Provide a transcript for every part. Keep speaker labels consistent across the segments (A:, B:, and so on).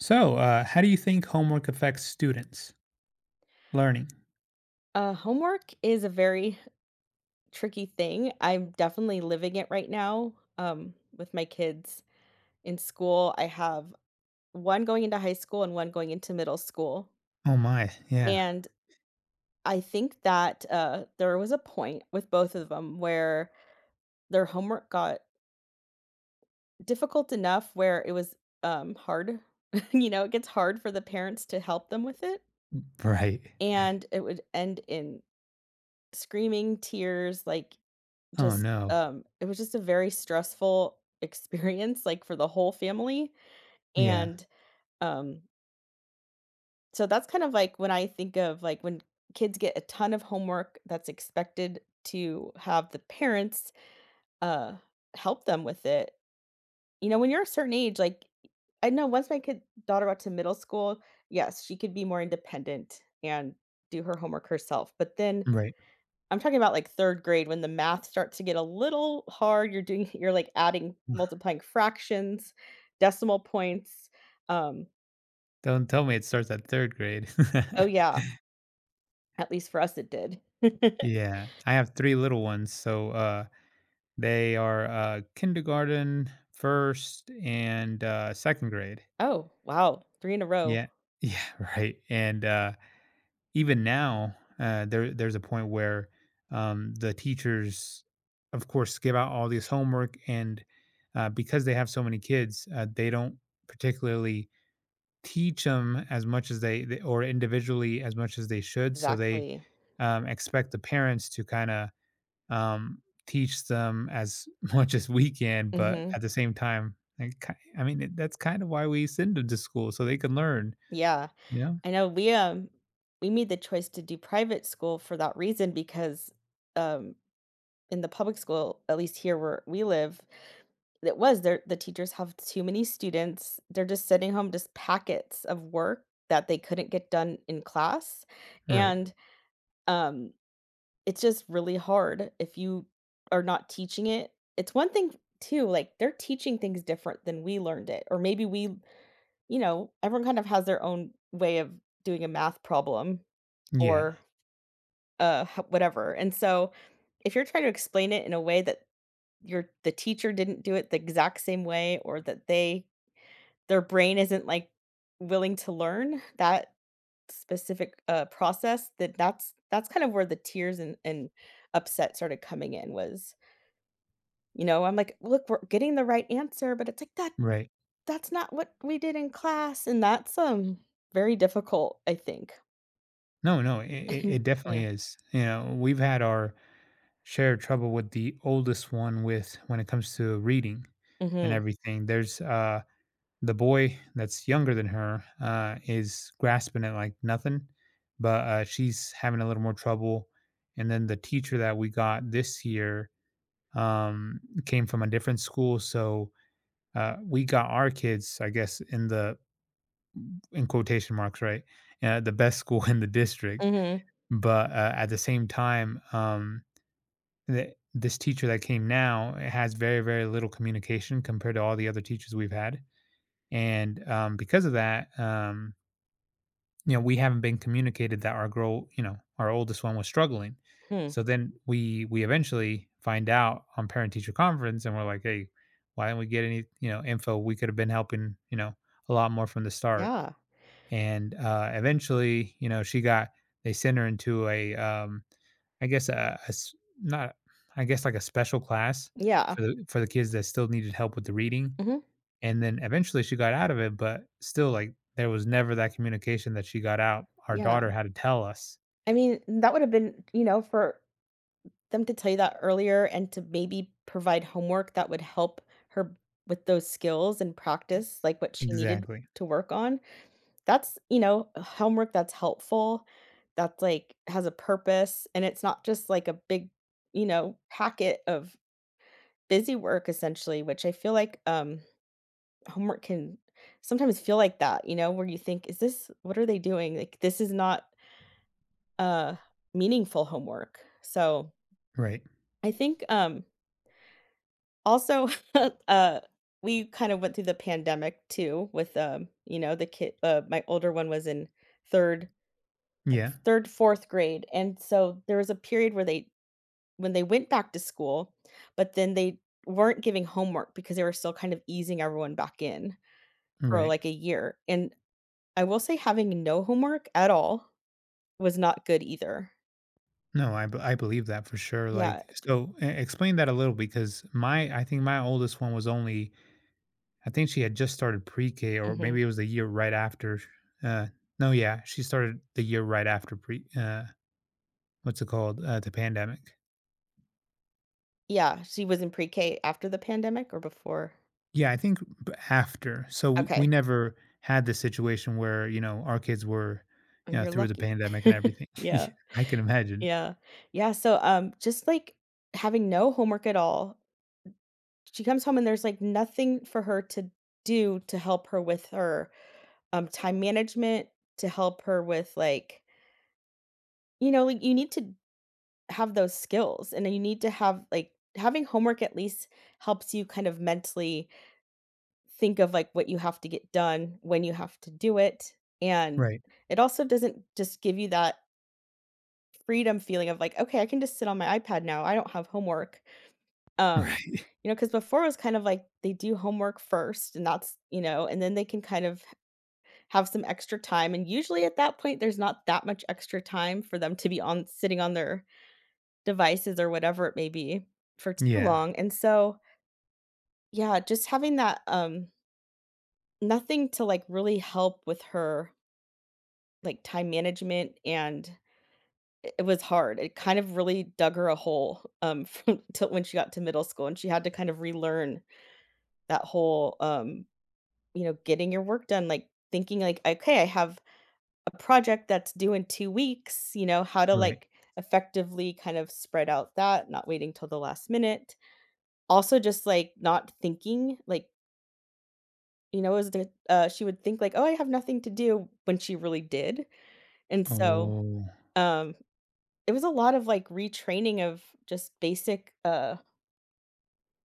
A: So, how do you think homework affects students' learning?
B: Homework is a very tricky thing. I'm definitely living it right now with my kids in school. I have one going into high school and one going into middle school.
A: Oh my, yeah.
B: And I think that there was a point with both of them where their homework got difficult enough where it was hard. It gets hard for the parents to help them with it.
A: Right.
B: And it would end in screaming, tears, like
A: Oh no.
B: It was just a very stressful experience, like, for the whole family,
A: Yeah.
B: and, um, so that's kind of like when I think of, like, when kids get a ton of homework that's expected to have the parents, uh, help them with it. You know, when you're a certain age, like, I know once my kid daughter got to middle school, yes, she could be more independent and do her homework herself. But then
A: Right.
B: I'm talking about, like, 3rd grade when the math starts to get a little hard, you're doing you're, like, adding, multiplying fractions, decimal points, um
A: Don't tell me it starts at third grade.
B: Oh, yeah, at least for us it did.
A: Yeah. I have three little ones, so they are kindergarten, first, and second grade.
B: Oh, wow, 3 in a row.
A: Yeah. Yeah, right. And even now, there's a point where the teachers, of course, give out all this homework, and because they have so many kids, they don't particularly teach them as much as they or individually as much as they should. So they
B: Exactly.
A: expect the parents to kind of teach them as much as we can, but
B: Mhm.
A: at the same time, like, that's kind of why we send them to school so they can learn.
B: Yeah.
A: Yeah.
B: I know we we made the choice to do private school for that reason because, um, in the public school, at least here where we live, it was the teachers have too many students. They're just sending home just packets of work that they couldn't get done in class,
A: Right.
B: and, um, it's just really hard if you are not teaching it. It's one thing too, like, they're teaching things different than we learned it, or maybe we you know, everyone kind of has their own way of doing a math problem
A: Yeah.
B: or, ho whatever, and so, if you're trying to explain it in a way that your the teacher didn't do it the exact same way, or that they their brain isn't, like, willing to learn that specific, process, that's kind of where the tears and upset started coming in was, you know, I'm like, "Look, we're getting the right answer," but it's like, "That
A: Right.
B: that's not what we did in class," and that's, very difficult, I think.
A: No, it
B: Yeah.
A: definitely is. You know, we've had our share of trouble with the oldest one with when it comes to reading and
B: Mhm.
A: everything. There's, the boy that's younger than her, is grasping it like nothing, but, she's having a little more trouble, and then the teacher that we got this year, um, came from a different school, so, we got our kids, I guess, in the in quotation marks, right? The best school in the district,
B: Mhm.
A: but at the same time, this teacher that came now has very little communication compared to all the other teachers we've had, and because of that, you know, we haven't been communicated that our girl, you know, our oldest one was struggling.
B: Hmm.
A: So then we eventually find out on parent teacher conference, and we're like, "Hey, why didn't we get any, you know, info? We could have been helping, you know, a lot more from the start."
B: Yeah.
A: And eventually, you know, she got they sent her into a, I guess a s- not, I guess like a special class
B: Yeah.
A: for the kids that still needed help with the reading.
B: Mhm.
A: And then eventually she got out of it, but still, like there was never that communication that she got out. Our
B: Yeah,
A: daughter had to tell us
B: I mean, that would have been, you know, for them to tell you that earlier and to maybe provide homework that would help her with those skills and practice, like, what she needed
A: exactly.
B: to work on. That's, you know, homework that's helpful, that's, like, has a purpose, and it's not just, like, a big, you know, packet of busy work essentially, which I feel like, homework can sometimes feel like that, you know, where you think, "Is this what are they doing?" Like, this is not, uh, meaningful homework. So,
A: Right.
B: I think, also, uh, we kind of went through the pandemic too with, you know, the kid my older one was in 3rd
A: Yeah.
B: 3rd, 4th grade, and so there was a period where they when they went back to school, but then they weren't giving homework because they were still kind of easing everyone back in for,
A: Right.
B: like, a year, and I will say having no homework at all was not good either.
A: No, I believe that for sure. Like,
B: Yeah,
A: so explain that a little because my, I think my oldest one was only I think she had just started pre-K, or
B: mhm.
A: maybe it was the year right after. Uh, no, yeah, she started the year right after pre. What's it called? The pandemic.
B: Yeah, she was in pre-K after the pandemic or before?
A: Yeah, I think after. So we
B: Okay,
A: never had the situation where, you know, our kids were,
B: oh,
A: you know,
B: you're
A: through the
B: lucky.
A: pandemic and everything. Yeah,
B: Yeah.
A: I can imagine.
B: Yeah. Yeah, so, just, like, having no homework at all, she comes home and there's, like, nothing for her to do to help her with her, time management, to help her with, like you know, like, you need to have those skills, and then you need to have, like having homework at least helps you kind of mentally think of, like, what you have to get done, when you have to do it, and
A: Right.
B: it also doesn't just give you that freedom feeling of like, "Okay, I can just sit on my iPad now, I don't have homework." Um,
A: Right.
B: you know, because before it was kind of like they do homework first and that's you know, and then they can kind of have some extra time, and usually at that point, there's not that much extra time for them to be on sitting on their devices or whatever it may be for too
A: Yeah.
B: long, and so, yeah, just having that, nothing to, like, really help with her, like, time management and it was hard. It kind of really dug her a hole, from till when she got to middle school, and she had to kind of relearn that whole, you know, getting your work done, like, thinking, like, "Okay, I have a project that's due in 2 weeks," you know, how to,
A: Right.
B: like, effectively kind of spread out that, not waiting till the last minute. Also just, like, not thinking, like, you know, is the she would think, like, "Oh, I have nothing to do," when she really did, and so,
A: Oh.
B: um, it was a lot of, like, retraining of just basic,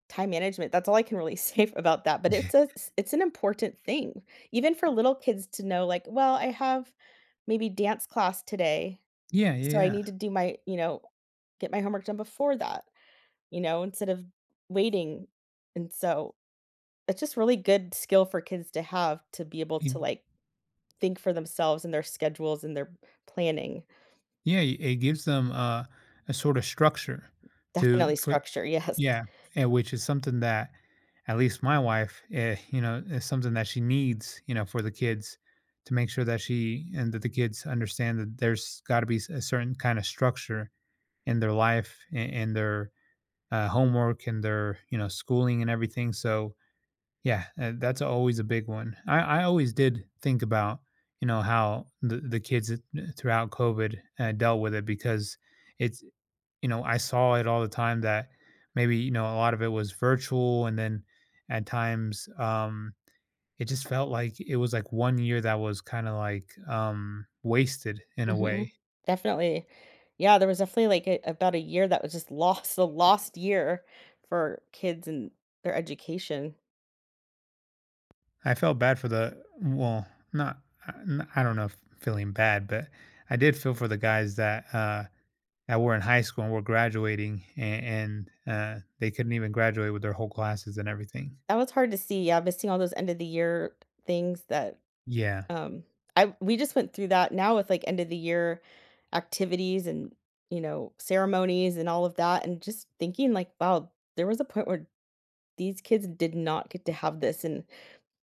B: time management, that's all I can really say about that, but
A: Yeah.
B: it's an important thing, even for little kids to know, like, "Well, I have maybe dance class today,
A: Yeah. Yeah.
B: so I
A: Yeah.
B: need to do my" you know, "get my homework done before that," you know, instead of waiting, and so, it's just really good skill for kids to have to be able
A: It,
B: to, like, think for themselves and their schedules and their planning.
A: yeah. It gives them a sort of structure to
B: Definitely
A: for
B: structure, yes.
A: yeah, and which is something that at least my wife, eh, you know, is something that she needs, you know, for the kids to make sure that she and that the kids understand that there's got to be a certain kind of structure in their life and their homework and their, you know, schooling and everything. So, yeah, that's always a big one. I always did think about, you know, how the kids throughout COVID dealt with it because it's, you know, I saw it all the time that maybe, you know, a lot of it was virtual and then at times it just felt like it was like one year that was kind of like wasted in a way.
B: Mhm. Definitely. Yeah, there was definitely like about a year that was just lost, the lost year for kids and their education.
A: I felt bad for the well, not I n- I don't know if feeling bad, but I did feel for the guys that that were in high school and were graduating and, they couldn't even graduate with their whole classes and everything.
B: That was hard to see. Yeah, missing all those end of the year things that
A: Yeah.
B: um I we just went through that now with like end of the year activities and you know ceremonies and all of that, and just thinking like wow, there was a point where these kids did not get to have this, and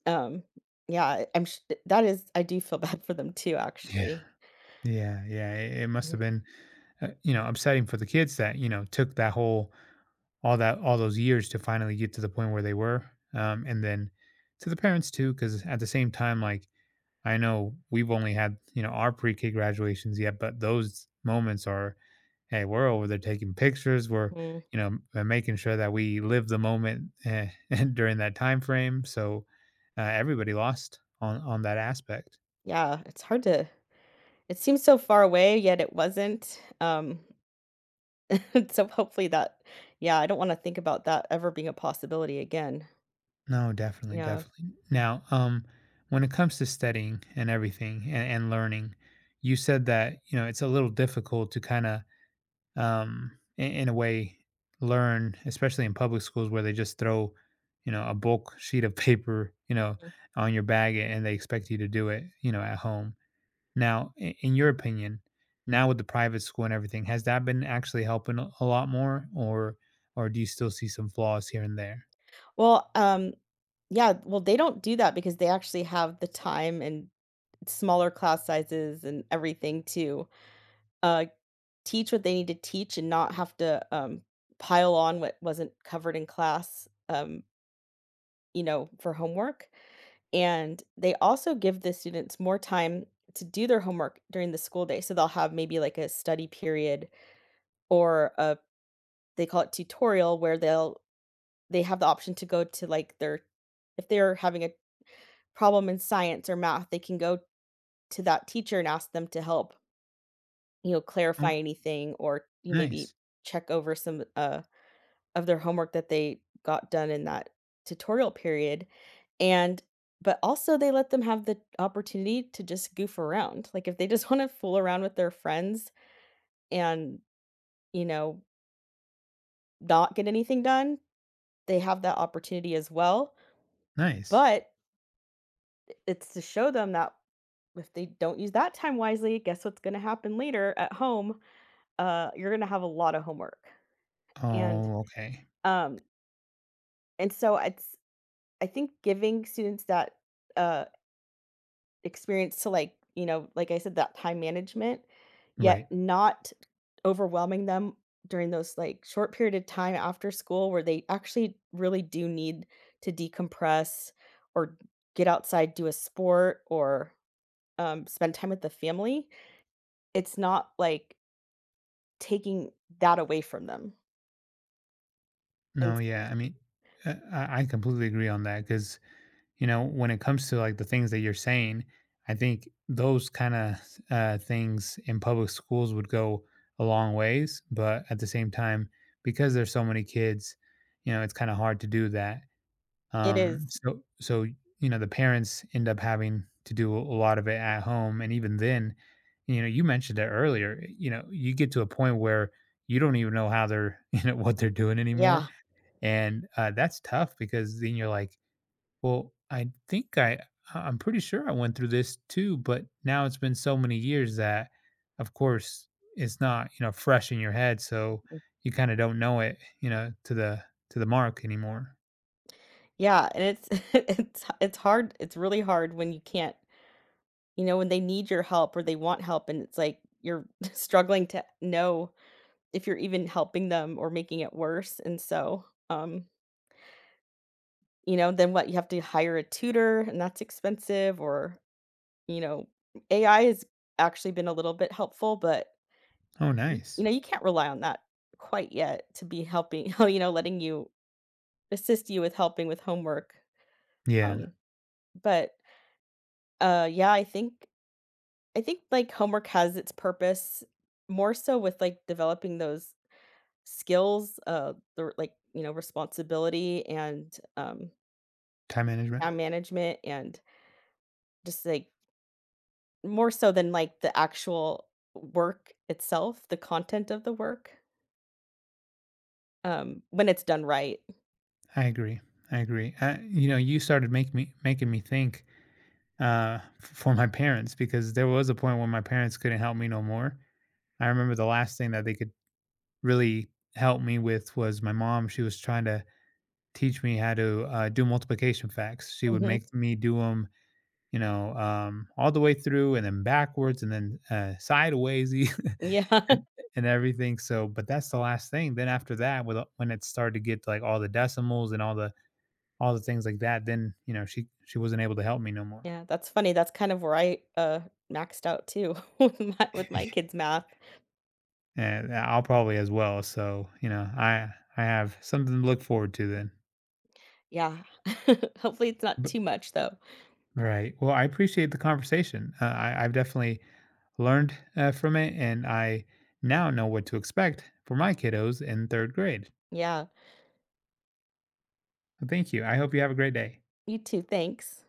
B: um yeah, that is, I do feel bad for them too
A: Yeah.
B: actually.
A: Yeah. Yeah. It must
B: Yeah.
A: have been you know, upsetting for the kids that, you know, took that whole all that all those years to finally get to the point where they were. And then to the parents too, because at the same time, like I know we've only had, you know, our pre-K graduations yet, but those moments are, hey, we're over there taking pictures, we're,
B: Mhm.
A: you know, making sure that we live the moment eh, during that time frame. So everybody lost on that aspect.
B: Yeah, it's hard to it seems so far away, yet it wasn't. So hopefully that yeah, I don't wanna think about that ever being a possibility again.
A: No, definitely,
B: Yeah.
A: definitely. Now, when it comes to studying and everything and learning, you said that you know it's a little difficult to kind of, um, in a way, learn, especially in public schools where they just throw, you know, a bulk sheet of paper, you know, on your bag and they expect you to do it, you know, at home. Now, in your opinion, now with the private school and everything, has that been actually helping a lot more, or do you still see some flaws here and there?
B: Well, yeah, well, they don't do that because they actually have the time and smaller class sizes and everything too. uh, Teach what they need to teach and not have to pile on what wasn't covered in class, you know, for homework. And they also give the students more time to do their homework during the school day. So they'll have maybe like a study period or a they call it tutorial where they have the option to go to like their if they're having a problem in science or math, they can go to that teacher and ask them to help, you know,
A: Oh,
B: clarify anything, or you maybe
A: nice,
B: check over some of their homework that they got done in that tutorial period, and but also they let them have the opportunity to just goof around. Like, if they just wanna fool around with their friends and, you know, not get anything done, they have that opportunity as well,
A: nice.
B: but it's to show them that if they don't use that time wisely, guess what's gonna happen later at home? You're gonna have a lot of homework, and,
A: Oh, okay.
B: um, and so it's I think giving students that, uh experience to like you know like I said that time management, yet
A: Right.
B: not overwhelming them during those like short period of time after school, where they actually really do need to decompress or get outside, do a sport, or spend time with the family, it's not like taking that away from them and
A: No, yeah. I mean, I completely agree on that because, you know, when it comes to like the things that you're saying, I think those kind of things in public schools would go a long ways. But at the same time, because there's so many kids, you know, it's kind of hard to do that.
B: it
A: Um,
B: is
A: so so, you know, the parents end up having to do a lot of it at home, and even then, you know, you mentioned it earlier, you know, you get to a point where you don't even know how they're you know, what they're doing anymore,
B: yeah
A: and, that's tough because then you're like, "Well, I think I I'm pretty sure I went through this too, but now it's been so many years that, of course, it's not, you know, fresh in your head, so
B: Mm,
A: you kinda don't know it, you know, to the mark anymore."
B: yeah, and it's it's hard. It's really hard when you can't, you know, when they need your help or they want help and it's like you're struggling to know if you're even helping them or making it worse. And so, um, you know, then what? You have to hire a tutor and that's expensive, or, you know, AI has actually been a little bit helpful, but
A: Oh,
B: y you
A: nice.
B: know, you can't rely on that quite yet to be helping you know, letting you assist you with helping with homework, um,
A: Yeah.
B: but, yeah, I think, like, homework has its purpose more so with, like, developing those skills, like, you know, responsibility, and, um,
A: Time management.
B: time management, and just, like, more so than, like, the actual work itself, the content of the work, when it's done right.
A: I agree. I agree. You know, you started make me making me think for my parents because there was a point when my parents couldn't help me no more. I remember the last thing that they could really help me with was my mom. She was trying to teach me how to do multiplication facts. She would
B: Mhm.
A: make me do them, you know, all the way through and then backwards and then sideways
B: Yeah.
A: and and everything. So, but that's the last thing. Then after that, with when it started to get to, like, all the decimals and all the things like that, then, you know, she wasn't able to help me no more,
B: Yeah, that's funny, that's kind of where I, maxed out too with my kids' math.
A: and I'll probably as well. So, you know, I have something to look forward to then.
B: Yeah. Hopefully, it's not
A: But,
B: too much, though.
A: right. Well, I appreciate the conversation. I've definitely learned from it, and I now know what to expect for my kiddos in third grade.
B: Yeah.
A: Thank you. I hope you have a great day.
B: You too, thanks.